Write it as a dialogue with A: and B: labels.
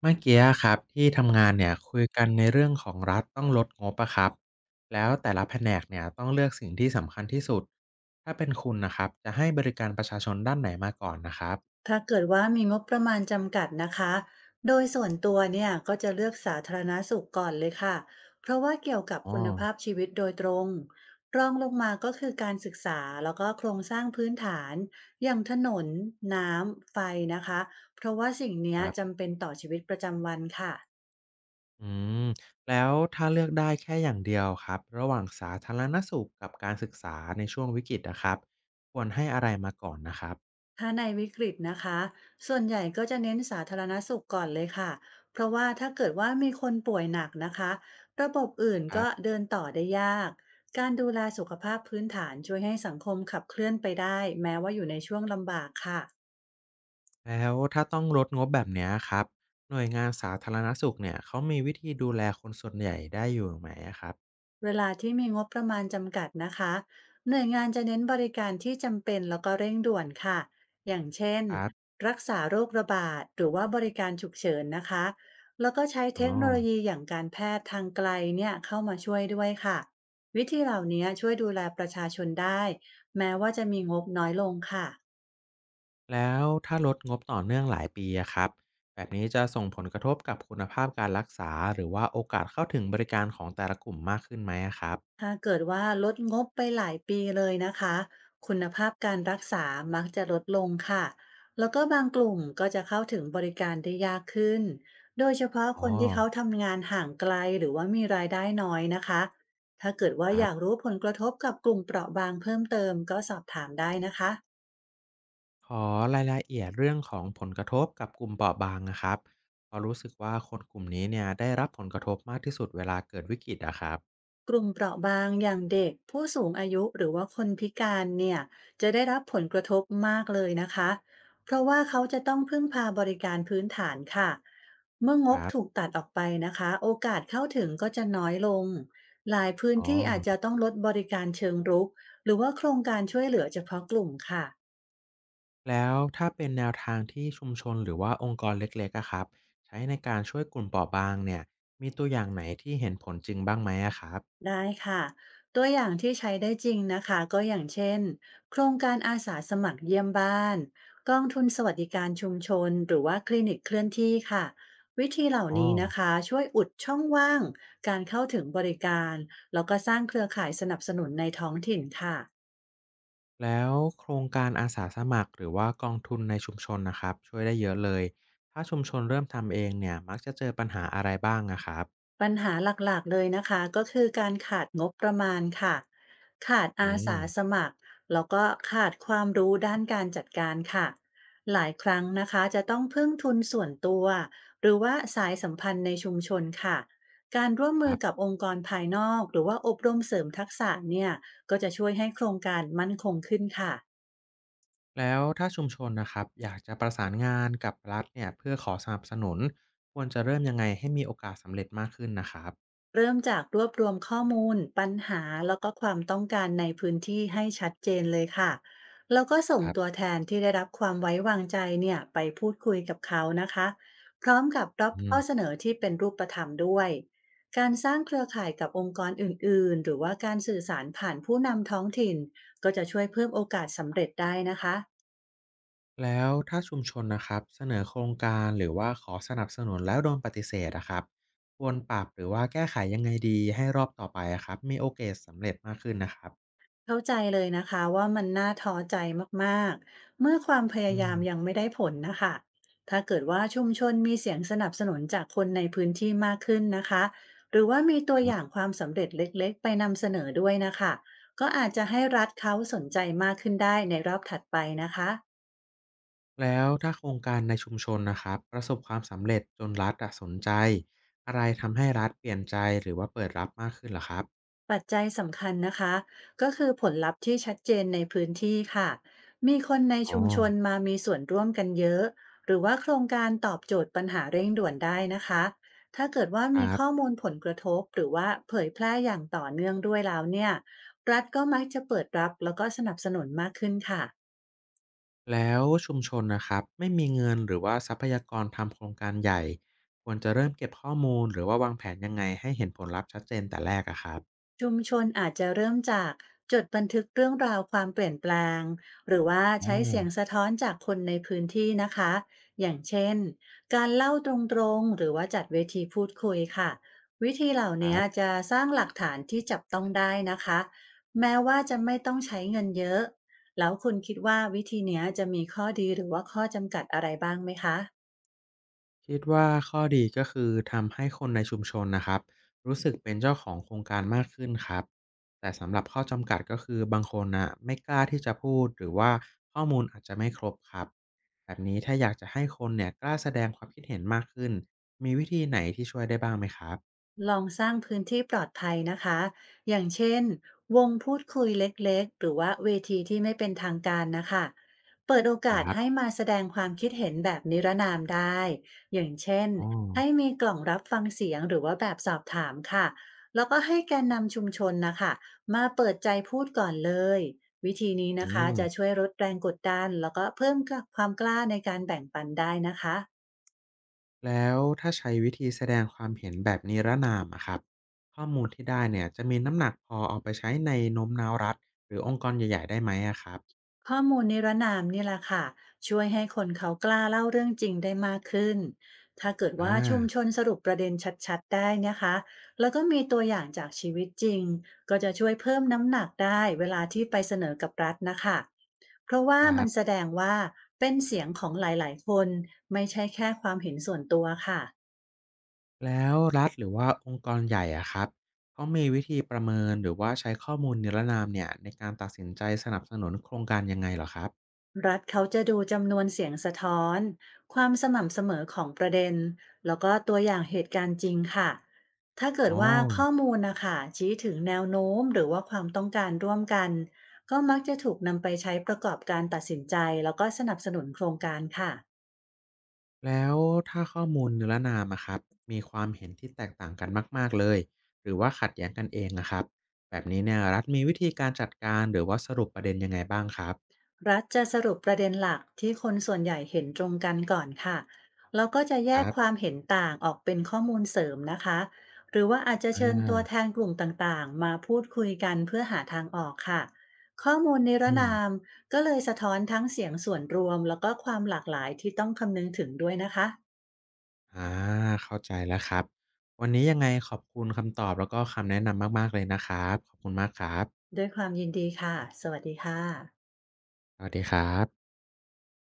A: เมื่อกี้อะครับที่ทำงานเนี่ยคุยกันในเรื่องของรัฐต้องลดงบอะครับแล้วแต่ละแผนกเนี่ยต้องเลือกสิ่งที่สำคัญที่สุดถ้าเป็นคุณนะครับจะให้บริการประชาชนด้านไหนมาก่อนนะครับ
B: ถ้าเกิดว่ามีงบประมาณจำกัดนะคะ โดยส่วนตัวเนี่ยก็จะเลือกสาธารณสุขก่อนเลยค่ะ เพราะว่าเกี่ยวกับ
A: อ๋อ
B: คุณภาพชีวิตโดยตรง รองลงมาก็คือการศึกษาแล้วก็โครงสร้างพื้นฐานอย่างถนนน้ำไฟนะคะ เพราะว่าสิ่งเนี้
A: ค
B: ย
A: รับ
B: จำเป็นต่อชีวิตประจำวันค่ะ
A: อืมแล้วถ้าเลือกได้แค่อย่างเดียวครับระหว่างสาธารณสุขกับการศึกษาในช่วงวิกฤตนะครับควรให้อะไรมาก่อนนะครับ
B: ถ้าในวิกฤตนะคะ ส่วนใหญ่ก็จะเน้นสาธารณสุขก่อนเลยค่ะ เพราะว่าถ้าเกิดว่ามีคนป่วยหนักนะคะ ระบบอื่น
A: ครั
B: ก็
A: บ
B: เดินต่อได้ยาก การดูแลสุขภาพพื้นฐานช่วยให้สังคมขับเคลื่อนไปได้แม้ว่าอยู่ในช่วงลำบากค่ะ
A: แล้วถ้าต้องลดงบแบบเนี้ยครับหน่วยงานสาธารณสุขเนี่ยเขามีวิธีดูแลคนส่วนใหญ่ได้อยู่ไหมอะครั
B: เวลาที่มีงบประมาณจำกัดนะคะหน่วยงานจะเน้นบริการที่จำเป็นแล้วก็เร่งด่วนค่ะอย่างเช่น
A: บ
B: รักษาโรคระบาดหรือว่าบริการฉุกเฉินนะคะแล้วก็ใช้
A: อ๋
B: เท
A: อ
B: คโนโลยีอย่างการแพทย์ทางไกลเนี่ยเข้ามาช่วยด้วยค่ะวิธีเหล่านี้ช่วยดูแลประชาชนได้แม้ว่าจะมีงบน้อยลงค่ะ
A: แล้วถ้าลดงบต่อเนื่องหลายปีอะครับแบบนี้จะส่งผลกระทบกับคุณภาพการรักษาหรือว่าโอกาสเข้าถึงบริการของแต่ละกลุ่มมากขึ้นไหมอะครับ
B: ถ้าเกิดว่าลดงบไปหลายปีเลยนะคะคุณภาพการรักษามักจะลดลงค่ะแล้วก็บางกลุ่มก็จะเข้าถึงบริการได้ยากขึ้นโดยเฉพาะค
A: อ๋อ
B: นที่เขาทำงานห่างไกลหรือว่ามีรายได้น้อยนะคะถ้าเกิดว่า
A: ค
B: อ
A: รั
B: ยาก
A: บ
B: รู้ผลกระทบกับกลุ่มเปราะบางเพิ่มเติมก็สอบถามได้นะคะ
A: ขอรายละเอียดเรื่องของผลกระทบกับกลุ่มเปราะบางนะครับเพราะรู้สึกว่าคนกลุ่มนี้เนี่ยได้รับผลกระทบมากที่สุดเวลาเกิดวิกฤตอะครับ
B: กลุ่มเปราะบางอย่างเด็กผู้สูงอายุหรือว่าคนพิการเนี่ยจะได้รับผลกระทบมากเลยนะคะเพราะว่าเขาจะต้องพึ่งพาบริการพื้นฐานค่ะเมื่อง
A: ค
B: บ
A: รั
B: ถูก
A: บ
B: ตัดออกไปนะคะโอกาสเข้าถึงก็จะน้อยลงหลายพื้น
A: อ๋
B: ที่อาจจะ
A: อ
B: ต้องลดบริการเชิงรุกหรือว่าโครงการช่วยเหลือเฉพาะกลุ่มค่ะ
A: แล้วถ้าเป็นแนวทางที่ชุมชนหรือว่าองค์กรเล็กๆอะครับใช้ในการช่วยกลุ่มเปราะบางเนี่ยมีตัวอย่างไหนที่เห็นผลจริงบ้างไหมอะครับ
B: ได้ค่ะตัวอย่างที่ใช้ได้จริงนะคะก็อย่างเช่นโครงการอาสาสมัครเยี่ยมบ้านกองทุนสวัสดิการชุมชนหรือว่าคลินิกเคลื่อนที่ค่ะวิธีเหล่า
A: อ๋อ
B: นี้นะคะช่วยอุดช่องว่างการเข้าถึงบริการแล้วก็สร้างเครือข่ายสนับสนุนในท้องถิ่นค่ะ
A: แล้วโครงการอาสาสมัครหรือว่ากองทุนในชุมชนนะครับช่วยได้เยอะเลยถ้าชุมชนเริ่มทำเองเนี่ยมักจะเจอปัญหาอะไรบ้างอะครับ
B: ปัญหาหลักๆเลยนะคะก็คือการขาดงบประมาณค่ะขาด
A: อื
B: อา
A: ม
B: สาสมัครแล้วก็ขาดความรู้ด้านการจัดการค่ะหลายครั้งนะคะจะต้องพึ่งทุนส่วนตัวหรือว่าสายสัมพันธ์ในชุมชนค่ะการร่วม
A: ค
B: มือ
A: รั
B: กับ
A: บ
B: องค์กรภายนอกหรือว่าอบรมเสริมทักษะเนี่ยก็จะช่วยให้โครงการมั่นคงขึ้นค่ะ
A: แล้วถ้าชุมชนนะครับอยากจะประสานงานกับรัฐเนี่ยเพื่อขอสนับสนุนควรจะเริ่มยังไงให้มีโอกาสสำเร็จมากขึ้นนะครับ
B: เริ่มจากรวบรวมข้อมูลปัญหาแล้วก็ความต้องการในพื้นที่ให้ชัดเจนเลยค่ะแล้วก็ส่ง
A: ครั
B: ตัว
A: บ
B: แทนที่ได้รับความไว้วางใจเนี่ยไปพูดคุยกับเขานะคะพร้อมกับรับ
A: อื
B: ข้
A: ม
B: อเสนอที่เป็นรูปธรรมด้วยการสร้างเครือข่ายกับองค์กรอื่นๆหรือว่าการสื่อสารผ่านผู้นำท้องถิ่นก็จะช่วยเพิ่มโอกาสสำเร็จได้นะคะ
A: แล้วถ้าชุมชนนะครับเสนอโครงการหรือว่าขอสนับสนุนแล้วโดนปฏิเสธนะครับควรปรับหรือว่าแก้ไขยังไงดีให้รอบต่อไปอะครับมีโอกาสสำเร็จมากขึ้นนะครับ
B: เข้าใจเลยนะคะว่ามันน่าท้อใจมากๆเมื่อความพ
A: อื
B: ยา
A: ม
B: ยามยังไม่ได้ผลนะคะถ้าเกิดว่าชุมชนมีเสียงสนับสนุนจากคนในพื้นที่มากขึ้นนะคะหรือว่ามีตัว
A: ค
B: อ
A: รั
B: ย่าง
A: บ
B: ความสำเร็จเล็กๆไปนำเสนอด้วยนะคะก็อาจจะให้รัฐเขาสนใจมากขึ้นได้ในรอบถัดไปนะคะ
A: แล้วถ้าโครงการในชุมชนนะครับประสบความสำเร็จจนรัฐอะสนใจอะไรทำให้รัฐเปลี่ยนใจหรือว่าเปิดรับมากขึ้นเหรอครับ
B: ปัจจัยสำคัญนะคะก็คือผลลัพธ์ที่ชัดเจนในพื้นที่ค่ะมีคนใน
A: อ๋อ
B: ชุมชนมามีส่วนร่วมกันเยอะหรือว่าโครงการตอบโจทย์ปัญหาเร่งด่วนได้นะคะถ้าเกิดว่า
A: ค
B: มี
A: รั
B: ข้อ
A: บ
B: มูลผลกระทบหรือว่าเผยแพร่อย่างต่อเนื่องด้วยแล้วเนี่ยรัฐก็มักจะเปิดรับแล้วก็สนับสนุนมากขึ้นค่ะ
A: แล้วชุมชนนะครับไม่มีเงินหรือว่าทรัพยากรทำโครงการใหญ่ควรจะเริ่มเก็บข้อมูลหรือว่าวางแผนยังไงให้เห็นผลลัพธ์ชัดเจนแต่แรกอะครับ
B: ชุมชนอาจจะเริ่มจากจดบันทึกเรื่องราวความเปลี่ยนแปลงหรือว่า
A: อ๋อ
B: ใช้เสียงสะท้อนจากคนในพื้นที่นะคะอย่างเช่นการเล่าตรงๆหรือว่าจัดเวทีพูดคุยค่ะวิธีเหล่า
A: ค
B: นี้
A: รับ
B: จะสร้างหลักฐานที่จับต้องได้นะคะแม้ว่าจะไม่ต้องใช้เงินเยอะแล้วคุณคิดว่าวิธีเนี้ยจะมีข้อดีหรือว่าข้อจำกัดอะไรบ้างไหมคะ
A: คิดว่าข้อดีก็คือทำให้คนในชุมชนนะครับรู้สึกเป็นเจ้าของโครงการมากขึ้นครับแต่สำหรับข้อจำกัดก็คือบางคนนะไม่กล้าที่จะพูดหรือว่าข้อมูลอาจจะไม่ครบครับแบบนี้ถ้าอยากจะให้คนเนี่ยกล้าแสดงความคิดเห็นมากขึ้นมีวิธีไหนที่ช่วยได้บ้างไหมครับ
B: ลองสร้างพื้นที่ปลอดภัยนะคะอย่างเช่นวงพูดคุยเล็กๆหรือว่าเวทีที่ไม่เป็นทางการนะคะเปิดโอ
A: ค
B: กาส
A: รั
B: ให้
A: บ
B: มาแสดงความคิดเห็นแบบนิรนามได้ อย่างเช่น
A: อ๋อ
B: ให้มีกล่องรับฟังเสียงหรือว่าแบบสอบถามค่ะแล้วก็ให้แกนนำชุมชนนะคะมาเปิดใจพูดก่อนเลย วิธีนี้
A: อื
B: นะคะ
A: ม
B: จะช่วยลดแรงกดดันแล้วก็เพิ่มความกล้าในการแบ่งปันได้นะคะ
A: แล้วถ้าใช้วิธีแสดงความเห็นแบบนิรนามอะครับข้อมูลที่ได้เนี่ยจะมีน้ำหนักพอเอาไปใช้ในโน้มน้าวรัฐหรือองค์กรใหญ่ๆได้ไหมอะครับ
B: ข้อมูลนิรนามนี่แหละค่ะช่วยให้คนเขากล้าเล่าเรื่องจริงได้มากขึ้นถ้าเกิดว่าชุม
A: อา
B: ชนสรุปประเด็นชัดๆได้นะคะแล้วก็มีตัวอย่างจากชีวิตจริงก็จะช่วยเพิ่มน้ำหนักได้เวลาที่ไปเสนอกับรัฐนะคะเพราะว่า
A: ค
B: มั
A: รั
B: นแส
A: บ
B: ดงว่าเป็นเสียงของหลายๆคนไม่ใช่แค่ความเห็นส่วนตัวค่ะ
A: แล้วรัฐหรือว่าองค์กรใหญ่อะครับเขามีวิธีประเมินหรือว่าใช้ข้อมูลนิรนามเนี่ยในการตัดสินใจสนับสนุนโครงการยังไงเหรอครับ
B: รัฐเขาจะดูจำนวนเสียงสะท้อนความสม่ำเสมอของประเด็นแล้วก็ตัวอย่างเหตุการณ์จริงค่ะถ้าเกิด
A: อ๋อ
B: ว่าข้อมูลนะคะชี้ถึงแนวโน้มหรือว่าความต้องการร่วมกันก็มักจะถูกนำไปใช้ประกอบการตัดสินใจแล้วก็สนับสนุนโครงการค่ะ
A: แล้วถ้าข้อมูลนิรนามอะครับมีความเห็นที่แตกต่างกันมากๆเลยหรือว่าขัดแย้งกันเองอะครับแบบนี้เนี่ยรัฐมีวิธีการจัดการหรือว่าสรุปประเด็นยังไงบ้างครับ
B: รัฐจะสรุปประเด็นหลักที่คนส่วนใหญ่เห็นตรงกันก่อนค่ะแล้วก็จะแย
A: ค
B: ก
A: รั
B: ความ
A: บ
B: เห็นต่างออกเป็นข้อมูลเสริมนะคะ หรือว่าอาจจะ
A: อ
B: เชิญตัว
A: า
B: แทนกลุ่มต่างๆมาพูดคุยกันเพื่อหาทางออกค่ะ ข้อมูลนิร
A: อืม
B: นามก็เลยสะท้อนทั้งเสียงส่วนรวมแล้วก็ความหลากหลายที่ต้องคำนึงถึงด้วยนะคะ
A: อาเข้าใจแล้วครับวันนี้ยังไงขอบคุณคำตอบแล้วก็คำแนะนำมากๆเลยนะครับขอบคุณมากครับ
B: ด้วยความยินดีค่ะ สวัสดีค่ะ
A: สวัสดีครับ